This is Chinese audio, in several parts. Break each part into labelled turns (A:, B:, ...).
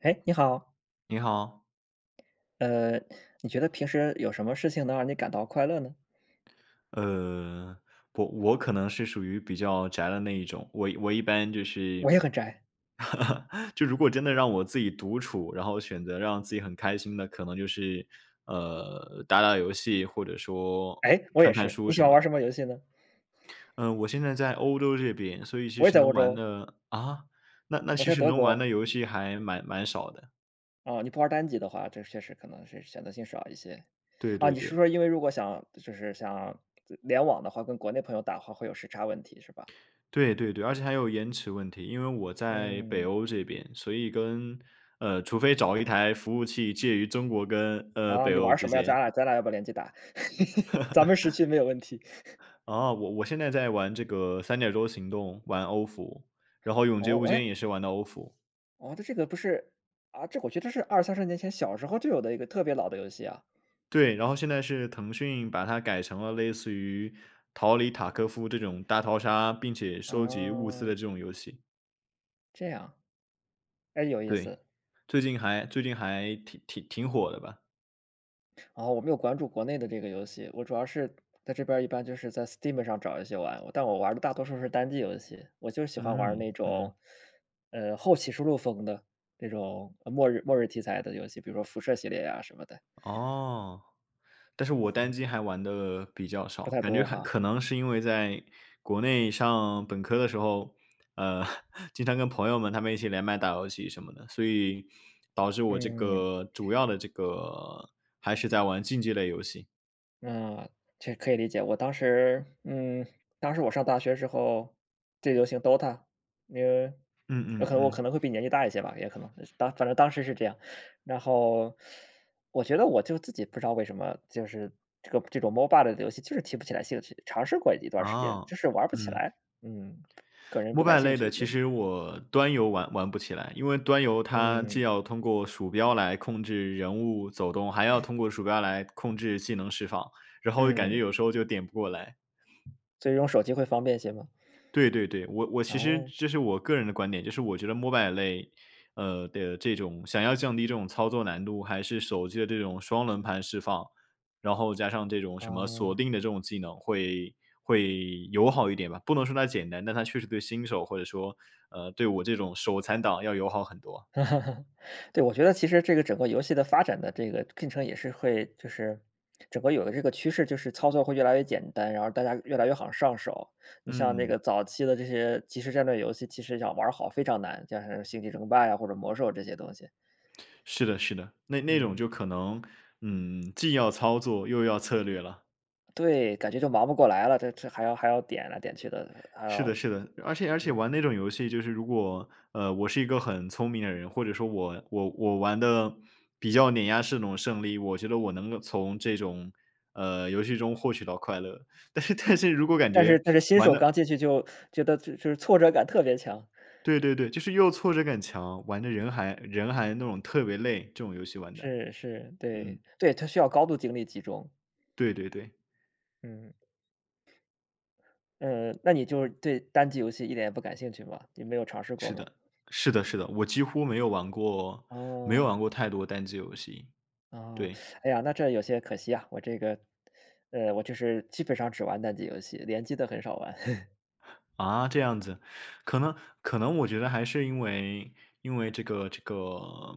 A: 哎，你好，
B: 你好，
A: 呃，你觉得平时有什么事情能让你感到快乐呢？
B: 呃，我可能是属于比较宅的那一种，我一般就是，
A: 我也很宅。
B: 就如果真的让我自己独处，然后选择让自己很开心的，可能就是，打打游戏或者说
A: 哎，我也
B: 看看
A: 是。
B: 书
A: 你喜
B: 什
A: 欢
B: 么
A: 玩
B: 的。
A: 什么游戏呢？
B: 嗯、我现在在欧洲这边，所以其
A: 我也
B: 实
A: 在
B: 能
A: 欧
B: 玩
A: 洲。
B: 的啊，那
A: 我
B: 其
A: 在
B: 实
A: 德
B: 能玩
A: 国。
B: 的游戏还蛮少的。
A: 啊，你不玩单机的话，这确实可能是选择性少一些。
B: 对
A: 啊，
B: 对
A: 你是
B: 对，
A: 说因为如果想就是想联网的话，跟国内朋友打的话会有时差问题是吧？
B: 对对对，而且还有延迟问题。因为我在北
A: 嗯。
B: 欧这边，所以跟除非找一台服务器介于中国跟，
A: 啊，
B: 北
A: 你
B: 欧
A: 玩什
B: 之
A: 么呀？咱
B: 间。
A: 俩咱俩要不要联机打？咱们时区没有问题。
B: 啊，我现在在玩这个《三角洲行动》，玩欧服，然后《永劫无
A: 哦，哎，
B: 间》也是玩的欧服。
A: 哦，这个不是啊，这我觉得是二三十年前小时候就有的一个特别老的游戏啊。
B: 对，然后现在是腾讯把它改成了类似于逃离塔科夫这种大逃杀，并且收集物资
A: 哦，
B: 的这种游戏。
A: 这样，哎，有意
B: 对，
A: 思。
B: 最近还挺火的吧。
A: 然后我没有关注国内的这个游戏，我主要是在这边儿一般就是在 Steam 上找一些玩，但我玩的大多数是单机游戏，我就喜欢玩
B: 嗯，
A: 那
B: 嗯，
A: 种，后期示录风的那种末日题材的游戏，比如说辐射系列呀、什么的。
B: 哦。但是我
A: 嗯。
B: 单机还玩的比较
A: 不
B: 少，
A: 太
B: 感觉
A: 多
B: 还
A: 哈。
B: 可能是因为在国内上本科的时候，呃，经常跟朋友们他们一起连麦打游戏什么的，所以导致我这
A: 嗯。
B: 个主要的这个还是在玩竞技类游戏。
A: 嗯，这可以理解。我当时嗯，当时我上大学时候最流行 DOTA，因为
B: 嗯
A: 有
B: 嗯
A: 可能我可
B: 嗯，
A: 能会比年纪大一些吧，也可能反正当时是这样。然后我觉得我就自己不知道为什么，就是这种 MOBA 的游戏就是提不起来兴趣，尝试过一段时间，
B: 哦，
A: 就是玩不起
B: 嗯
A: 来。嗯，个人不感
B: ，mobile
A: 兴
B: 类的
A: 趣，
B: 其
A: 就是
B: 实我端游玩不起来，因为端游它既
A: 嗯。
B: 要通过鼠标来控制人物走动，还要通过鼠标来控制技能释放，然后感觉
A: 嗯，
B: 有时候就点不过来。
A: 所以用手机会方便些嘛。
B: 对对对，我
A: 然
B: 其实
A: 后
B: 这是我个人的观点，就是我觉得 mobile 类，的这种想要降低这种操作难度，还是手机的这种双轮盘释放，然后加上这种什么
A: 啊。
B: 锁定的这种技能会友好一点吧。不能说它简单，但它确实对新手或者说，对我这种手残党要友好很多。
A: 对，我觉得其实这个整个游戏的发展的这个进程也是就是整个有的这个趋势，就是操作会越来越简单，然后大家越来越好上手。你像那
B: 嗯，
A: 个早期的这些即时战略游戏，其实想玩儿好非常难，像是《星际争霸》呀或者《魔兽》这些东西。
B: 是的是的，那种
A: 嗯，
B: 就可能，既要操作又要策略了。
A: 对，感觉就忙不过来了，这还要点来点去的，还
B: 是的，
A: 要
B: 是的，而且玩
A: 嗯。
B: 那种游戏，就是如果我是一个很聪明的人，或者说我玩的比较碾压式那种胜利，我觉得我能够从这种游戏中获取到快乐。但是如果感
A: 但
B: 觉
A: 是但是新
B: 玩
A: 手
B: 的，
A: 刚进去就觉得就是挫折感特别强。
B: 对对对，就是又挫折感强，玩的人还那种特别累，这种游戏玩的，
A: 是是，
B: 嗯，
A: 对，对，它需要高度精力集中。
B: 对对对，
A: 嗯。呃，那你就是对单机游戏一点也不感兴趣吗？你没有尝试过
B: 是
A: 吗？
B: 的，是的，是的，我几乎没有玩过，没有
A: 哦，
B: 玩过太多单机游戏，
A: 啊。
B: 对。
A: 哎呀，那这有些可惜啊，我这个，呃，我就是基本上只玩单机游戏，联机的很少玩。
B: 啊，这样子，可能可能我觉得还是因为因为，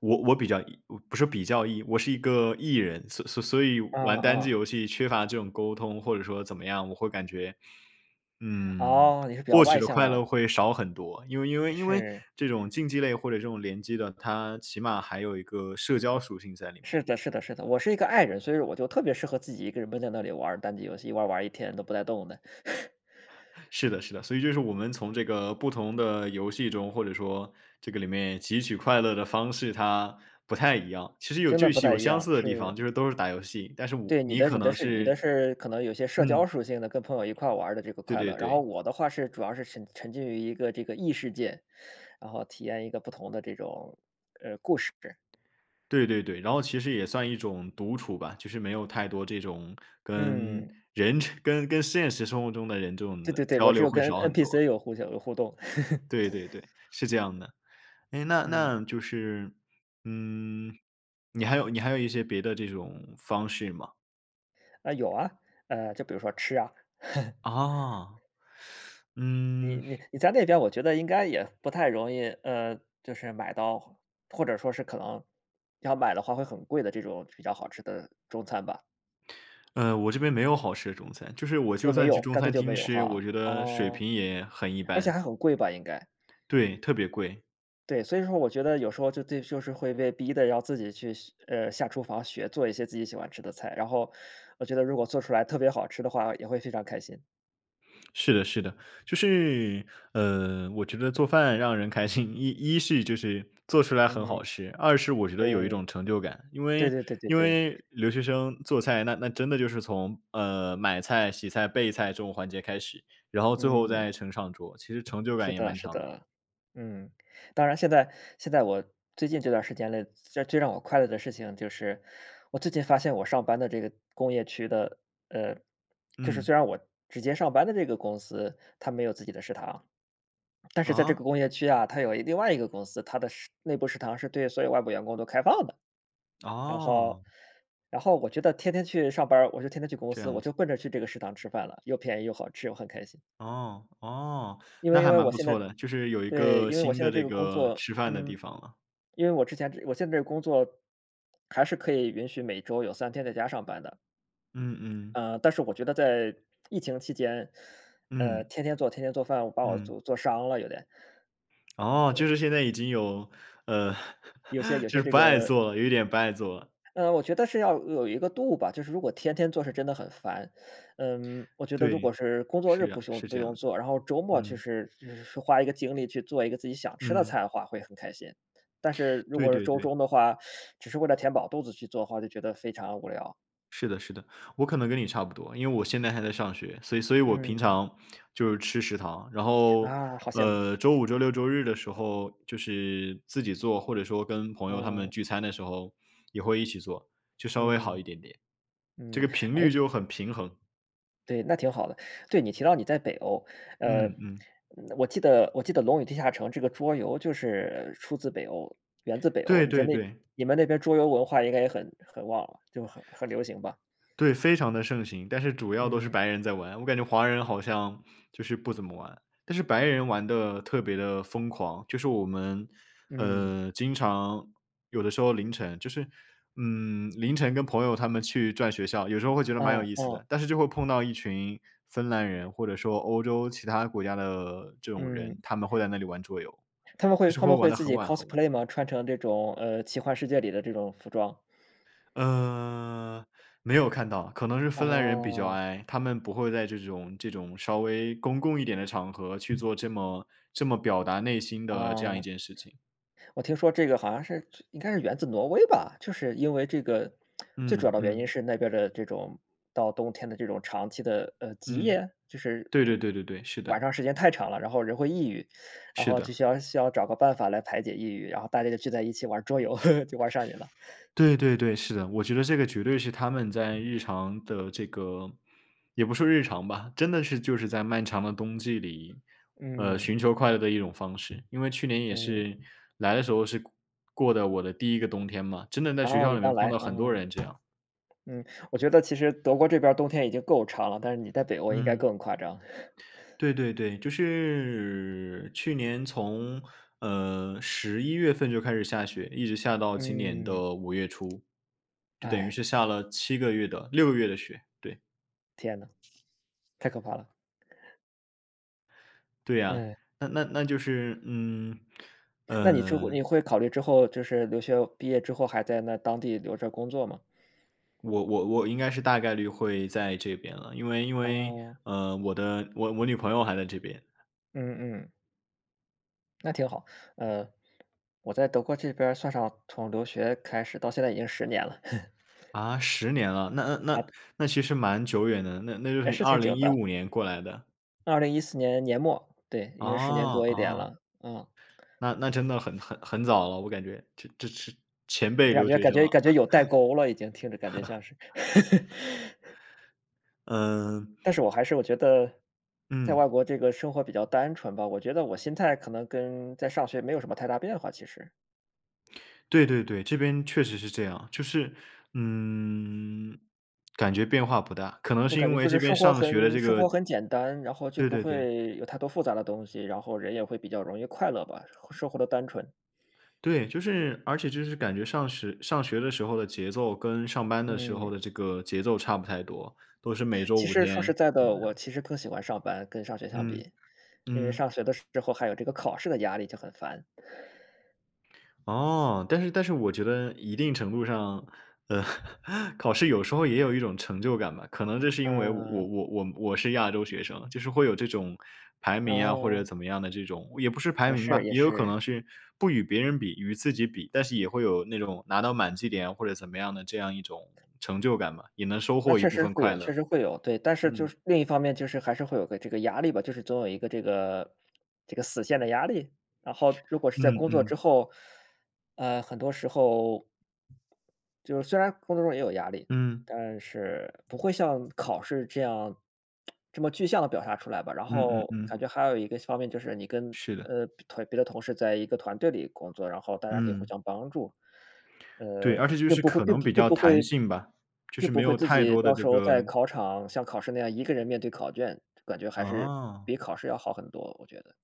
B: 我比较 E 我不是比较 E,我是一个 E 人，所以
A: 啊
B: 玩单机
A: 啊，
B: 游戏缺乏这种沟通，或者说怎么样，我会感觉，嗯，
A: 哦，你是比较
B: 获取
A: 外
B: 的
A: 向
B: 快
A: 的，
B: 乐会少很多。因为
A: 是
B: 这种竞技类或者这种联机的，它起码还有一个社交属性在里
A: 是
B: 面。
A: 的，是的，我是一个 i 人，所以我就特别适合自己一个人闷在那里玩儿单机游戏，一玩儿一天都不带动的。
B: 是的，是的，所以就是我们从这个不同的游戏中，或者说这个里面汲取快乐的方式，它不太一样。其实有
A: 真的
B: 句
A: 不
B: 是
A: 太
B: 有
A: 一
B: 相
A: 样，
B: 似的地
A: 是。
B: 方，就是都是打游戏，但是我
A: 对，你
B: 你
A: 的
B: 可
A: 你的
B: 能
A: 是你的
B: 是
A: 是可能有些社交
B: 嗯，
A: 属性的，跟朋友一块儿玩儿的这个
B: 对
A: 快
B: 对
A: 乐，然后
B: 对，
A: 我的话是主要是沉浸于一个这个异世界，然后体验一个不同的这种，呃，故事。
B: 对对对，然后其实也算一种独处吧，就是没有太多这种跟
A: 嗯，
B: 人 跟现实生活中的人这种
A: 对
B: 的
A: 对对，
B: 交
A: 我只
B: 流
A: 有
B: 会
A: 跟
B: 少很多。
A: NPC 有互动。
B: 对 对对，是这样的。哎，那
A: 嗯，
B: 那就是嗯，你还有一些别的这种方式吗？
A: 啊，有啊，呃，就比如说吃啊，
B: 啊，
A: 你
B: 嗯，
A: 你你在那边我觉得应该也不太容易，呃，就是买到，或者说是可能要买的话会很贵的这种比较好吃的中餐吧？
B: 我这边没有好吃的中餐，就是我
A: 就
B: 就
A: 没
B: 算去
A: 有，
B: 中
A: 干脆
B: 餐
A: 就没
B: 厅
A: 有
B: 吃，我
A: 哈，
B: 觉得水
A: 哦。
B: 平也很一
A: 而且
B: 般，
A: 还很贵吧，应该。
B: 对，特别贵。
A: 对，所以说我觉得有时候就是会被逼的要自己去学呃，下厨房学做一些自己喜欢吃的菜，然后我觉得如果做出来特别好吃的话，也会非常开心。
B: 是的，是的，就是，我觉得做饭让人开心，一是就是做出来很
A: 嗯，
B: 好吃，二是我觉得有一
A: 对，
B: 种成就感，因
A: 对
B: 为
A: 对对对
B: 因
A: 对，
B: 为留学生做菜，那真的就是从买菜、洗菜、备菜这种环节开始，然后最后
A: 嗯，
B: 再呈上桌，其实成就
A: 是
B: 感也
A: 的
B: 蛮
A: 是
B: 强的。
A: 的。嗯，当然现在我最近这段时间内，最让我快乐的事情就是，我最近发现我上班的这个工业区的呃，就是
B: 嗯，
A: 虽然我直接上班的这个公司，它没有自己的食堂。但是在这
B: 啊，
A: 个工业区啊，它有另外一个公司，它的内部食堂是对所有外部员工都开放的。然后
B: 哦，
A: 然后我觉得天天去上班儿我就天天去公
B: 这
A: 司，我
B: 样
A: 就
B: 子。
A: 奔着去这个食堂吃饭了，又便宜又好吃，我很开心。
B: 哦，哦，
A: 因
B: 那
A: 为因
B: 还
A: 为
B: 蛮
A: 我
B: 不
A: 现在
B: 错的，就是有一
A: 对，
B: 个
A: 因为我
B: 新
A: 现在
B: 的
A: 这
B: 这
A: 个工
B: 个
A: 作，
B: 吃饭的地
A: 嗯，
B: 方了。
A: 因为我之前这我现在这个工作还是可以允许每周有三天在家上班的。
B: 嗯嗯，
A: 呃，但是我觉得在疫情期间，呃，
B: 嗯，
A: 天天做饭，我把我
B: 嗯，
A: 做伤了有点。
B: 哦，就是现在已经有，呃，
A: 有些有
B: 就
A: 些
B: 是
A: 这
B: 不爱
A: 个
B: 做了，有一点不爱做了。
A: 呃，我觉得是要有一个度吧，就是如果天天做是真的很烦。嗯，我觉得如果
B: 对，
A: 是工作日
B: 是啊，是
A: 不
B: 这样
A: 用
B: 的，
A: 做，然后周末
B: 嗯，
A: 就是花一个精力去做一个自己想吃的
B: 嗯，
A: 菜的话，会很开心。但是如
B: 对
A: 果是
B: 对
A: 周
B: 对。
A: 中的话，只是为了填饱肚子去做的话，就觉得非常无聊。
B: 是的，是的，我可能跟你差不多，因为我现在还在上学，所以我平
A: 嗯，
B: 常就是吃食堂，然后，
A: 啊，好羡慕。
B: 周五、周六、周日的时候就是自己做，或者说跟朋友他
A: 嗯，
B: 们聚餐的时候也会一起做，就稍微好
A: 嗯，
B: 一点点，这
A: 嗯，
B: 个频
A: 哎，
B: 率就很平衡。
A: 对，那挺好的。对，你提到你在北欧，呃，
B: 嗯嗯，
A: 嗯我记得《龙与地下城》这个桌游就是出自北欧，源自北欧。
B: 对对对。
A: 你们那边桌游文化应该也很很旺了，就很很流行吧？
B: 对，非常的盛行，但是主要都是
A: 嗯
B: 白人在玩，我感觉华人好像就是不怎么玩。但是白人玩的特别的疯狂，就是我们，
A: 嗯。
B: 经常有的时候凌晨就是，凌晨跟朋友他们去转学校，有时候会觉得蛮有
A: 嗯
B: 意思
A: 嗯
B: 的，但是就会碰到一群芬兰人，或者说欧洲其他国家的这种
A: 嗯，
B: 人，他们会在那里玩桌游，就是
A: 他
B: 会
A: 们
B: 玩
A: 会
B: 的
A: 自
B: 很
A: 己
B: 晚很晚。
A: cosplay 吗？穿成这种，呃，奇幻世界里的这种服装？
B: 呃，没有看到，可能是芬兰人比较
A: 啊，
B: i,他们不会在这种稍微公共一点的场合去做这么表达内心的这样一件
A: 啊。
B: 事情。
A: 我听说这个好像是应该是源自挪威吧，就是因为这个最主要
B: 嗯
A: 的原因
B: 嗯
A: 是那边儿的这种到冬天的这种长期的，呃，极
B: 嗯，
A: 夜，就是
B: 对对
A: 不
B: 对对对，是
A: 晚
B: 的
A: 上时间太长了，然后人会抑郁，然
B: 是
A: 后
B: 的。
A: 就需要找个办法来排解抑郁，然后大家就聚在一起玩儿桌游，就玩上瘾了。
B: 对对对，是的，我觉得这个绝对是他们在日常的这个也不说日常吧，真的是就是在漫长的冬季里，
A: 嗯，
B: 寻求快乐的一种方式。因为去年也
A: 对，
B: 是来的时候是过的我的第一个冬天嘛，真的在
A: 然
B: 学
A: 后
B: 校
A: 你
B: 里
A: 刚
B: 面碰
A: 来，
B: 到很多
A: 嗯，
B: 人这样。
A: 嗯，我觉得其实德国这边儿冬天已经够长了，但是你在北欧应该
B: 嗯，
A: 更夸张。
B: 对对对，就是去年从11月份就开始下雪，一直下到今年
A: 嗯，
B: 的5月初，就等于
A: 哎，
B: 是下了7个月的6个月的雪，对。
A: 天呐，太可怕了，
B: 对呀，
A: 嗯。
B: 那就是，
A: 那你之后
B: 嗯，
A: 你会考虑之后就是留学毕业之后还在那当地留着工作吗？
B: 我应该是大概率会在这边了，因为，
A: 哦，
B: 我的女朋友还在这边
A: 嗯嗯，那挺好。呃，我在德国这边儿算上从留学开始到现在已经十年了，
B: 啊10年了，那其实蛮久远的，那就
A: 也
B: 是
A: 是
B: 二
A: 挺久
B: 零一
A: 的。
B: 五年过来的，
A: 2014年年末，对，已
B: 哦
A: 经十年多一点
B: 哦，
A: 了，嗯，
B: 那真的很早了，我感觉这是前辈留学生啊，
A: 感觉有代沟了已经，听着感觉像是。
B: 嗯
A: 但是我还是我觉得在
B: 嗯。
A: 外国这个生活比较单纯吧，我觉得我心态可能跟在上学没有什么太大变化，其实。
B: 对对对，这边确实是这样，就是，嗯，感觉变化不大，可能
A: 我
B: 是
A: 感
B: 因
A: 觉
B: 为
A: 就是
B: 这边上学的这
A: 生
B: 个
A: 活很简单，然后就
B: 对
A: 不
B: 对对，
A: 会有太多复杂的东西，然后人也会比较容易快乐吧，生活的单纯。
B: 对，就是而且就是感觉上学的时候的节奏跟上班的时
A: 嗯，
B: 候的这个节奏差不太多，都是每周
A: 其
B: 五
A: 实说实
B: 天，
A: 在
B: 怎么
A: 的，我
B: 样，
A: 其实更喜欢上班，跟上学相
B: 嗯，
A: 比，因为
B: 嗯。
A: 上学的时候还有这个考试的压力就很烦。
B: 哦，但是我觉得一定程度上，呃，考试有时候也有一种成就感吧。可能这是因为我
A: 嗯，
B: 我我我是亚洲学生，就是会有这种排名啊，或者
A: 嗯，
B: 怎么样的这种，也不是排
A: 也
B: 名
A: 是
B: 吧，
A: 也
B: 也有可
A: 是。
B: 能是不与别人比，与自己比，但是也会有那种拿到满绩点或者怎么样的这样一种成就感吧，也能收
A: 那
B: 获一
A: 确
B: 部
A: 实
B: 分
A: 会
B: 快
A: 有，确
B: 乐。
A: 实会有，对。但是就
B: 嗯
A: 是另一方面，就是还是会有个这个压力吧，就是总有一个这个死线的压力。然后如果是在
B: 嗯
A: 工作之
B: 嗯
A: 后，呃，很多时候就是虽然工作中也有压力，
B: 嗯
A: 但是不会像考试这样这么具象的表达出来吧。然
B: 嗯嗯
A: 后感
B: 嗯，
A: 觉还有一个方面就是你跟，
B: 是的，
A: 呃，别的同事在一个团队里工作，然后大家可以互
B: 嗯。
A: 相帮助。
B: 对，而且就
A: 并
B: 是
A: 不会
B: 可能比较弹性吧，就是
A: 并不
B: 没
A: 会
B: 有
A: 自
B: 太
A: 己
B: 多的
A: 到
B: 这
A: 时候
B: 个
A: 在考场像考试那样一个人面对考卷，感觉还是
B: 啊，
A: 比考试要好很多，我觉得。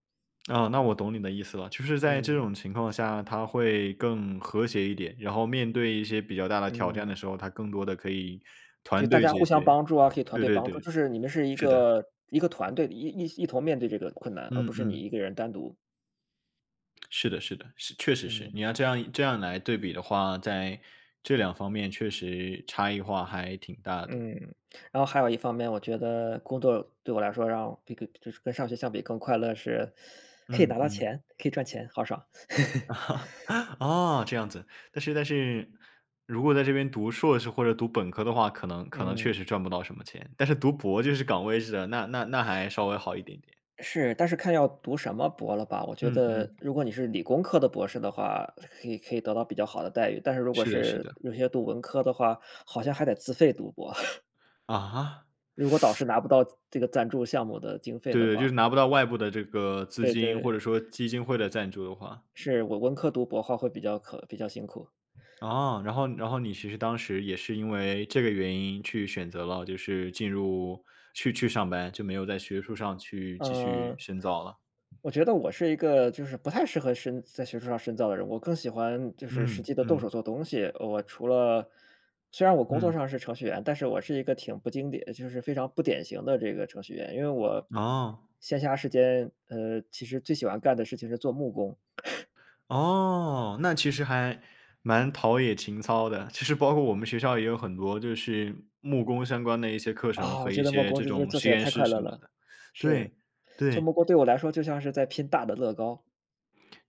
B: 啊，那我懂你的意思了，就是在这
A: 嗯。
B: 种情况下，他会更和谐一点，然后面对一些比较大的挑战的
A: 嗯。
B: 时候，他更多的可以
A: 就
B: 团
A: 大
B: 队
A: 家互
B: 解
A: 相
B: 决。
A: 帮助啊，可以团
B: 对
A: 队
B: 对
A: 帮助，
B: 对，
A: 就是你们是一
B: 是的，
A: 个一个团队，一同面对这个困难，而不
B: 嗯
A: 是你
B: 嗯，
A: 一个人单独。
B: 是的是的，是确实是，
A: 嗯。
B: 你要这样来对比的话，在这两方面确实差异化还挺大的，
A: 嗯。然后还有一方面，我觉得工作对我来说让这个就是跟上学相比更快乐是，可以
B: 嗯
A: 拿到
B: 嗯。
A: 钱，可以赚钱，好爽。
B: 哦，这样子。但是如果在这边读硕士或者读本科的话，可能确
A: 嗯。
B: 实赚不到什么钱，但是读博就是岗位制的，那还稍微好一点点。
A: 是，但是看要读什么博了吧。我觉
B: 嗯
A: 得
B: 嗯，
A: 如果你是理工科的博士的话，可以得到比较好的待遇，但是如果
B: 是的是
A: 是
B: 的。
A: 有些读文科的话，好像还得自费读博，
B: 啊？
A: 如果导师拿不到这个赞助项目的经费
B: 对
A: 的
B: 对，就
A: 话。
B: 是拿不到外部的这个资
A: 对
B: 金，
A: 对。
B: 或者说基金会的赞助的话。
A: 是，我文科读博的话会比较辛苦。
B: 哦，然后你其实当时也是因为这个原因去选择了，就是进入去上班，就没有在学术上去继续
A: 嗯。
B: 深造了。
A: 我觉得我是一个就是不太适合深在学术上深造的人，我更喜欢就是实
B: 嗯
A: 际的动手
B: 嗯
A: 做东西。我除了虽然我工作
B: 嗯，
A: 上是程序员，但是我是一个挺不经典就是非常不典型的这个程序员。因为我
B: 哦。
A: 闲暇时间，其实最喜欢干的事情是做木工。
B: 哦，那其实还蛮陶冶情操的。其实包括我们学校也有很多就是木工相关的一些课程
A: 啊，我
B: 和
A: 觉
B: 一
A: 得木
B: 些
A: 工
B: 这
A: 这是
B: 种
A: 做起
B: 实
A: 来
B: 验
A: 太
B: 室
A: 快乐
B: 什么
A: 了。
B: 的。
A: 是。
B: 对，
A: 做
B: 对。
A: 木工对我来说就像是在拼大的乐高。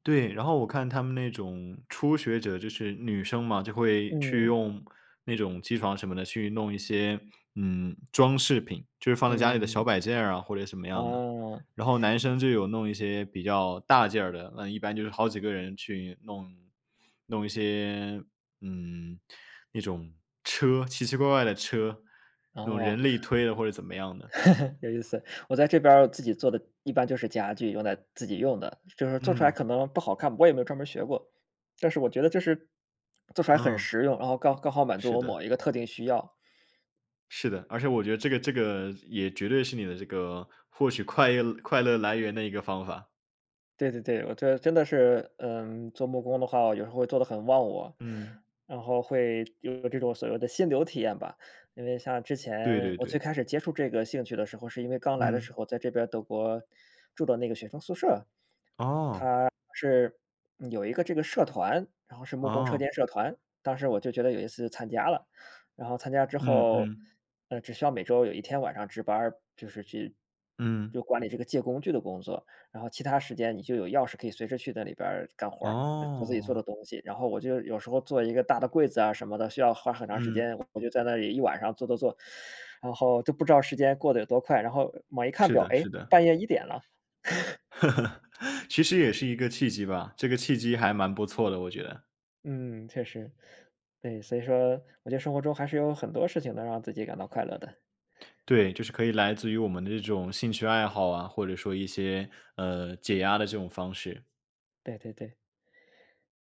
B: 对，然后我看他们那种初学者，就是女生嘛，就会去
A: 嗯。
B: 用那种机床什么的去弄一些，装饰品，就是放在家里的小
A: 嗯。
B: 摆件儿啊，或者什么样的。
A: 哦。
B: 然后男生就有弄一些比较大件儿的，那一般就是好几个人去弄弄一些，嗯，那种车，奇奇怪怪的车，那种
A: 哦。
B: 人力推的或者怎么样的。
A: 有意思。我在这边儿自己做的一般就是家具，用在自己用的，就是做出来
B: 嗯，
A: 可能不好看，我也没有专门学过，但是我觉得就是做出来很
B: 嗯，
A: 实用，然后刚刚好满足
B: 是
A: 我
B: 的。
A: 某一个特定需要。
B: 是的，而且我觉得这个也绝对是你的这个获取快乐来源的一个方法。
A: 对对对，我觉得真的是，嗯，做木工的话，我有时候会做的很忘我，
B: 嗯。
A: 然后会有这种所谓的心流体验吧。因为像之
B: 对
A: 前
B: 对
A: 我最
B: 对。
A: 开始接触这个兴趣的时候，是因为刚来的时
B: 嗯，
A: 候在这边德国住的那个学生宿舍，
B: 哦，
A: 它是嗯有一个这个社团，然后是木工车
B: 哦，
A: 间社团。当时我就觉得有意思，参加了。然后参加之
B: 嗯
A: 后，
B: 嗯
A: 只需要每周有一天晚上值班儿，就是去就
B: 嗯，
A: 管理这个借工具的工作。然后其他时间你就有钥匙可以随时去那里边儿干活儿，做自己做的
B: 哦，
A: 东西。然后我就有时候做一个大的柜子啊什么的，需要花很长时
B: 嗯。
A: 间，我就在那里一晚上做做做，然后就不知道时间过得有多快。然后猛一看
B: 是
A: 表，
B: 的
A: 哎，
B: 是的，
A: 半夜1点了。
B: 其实也是一个契机吧，这个契机还蛮不错的，我觉得。
A: 嗯，确实。对，所以说我觉得生活中还是有很多事情能让自己感到快乐的。
B: 对，就是可以来自于我们的这种兴趣爱好啊，或者说一些，解压的这种方式。
A: 对对对。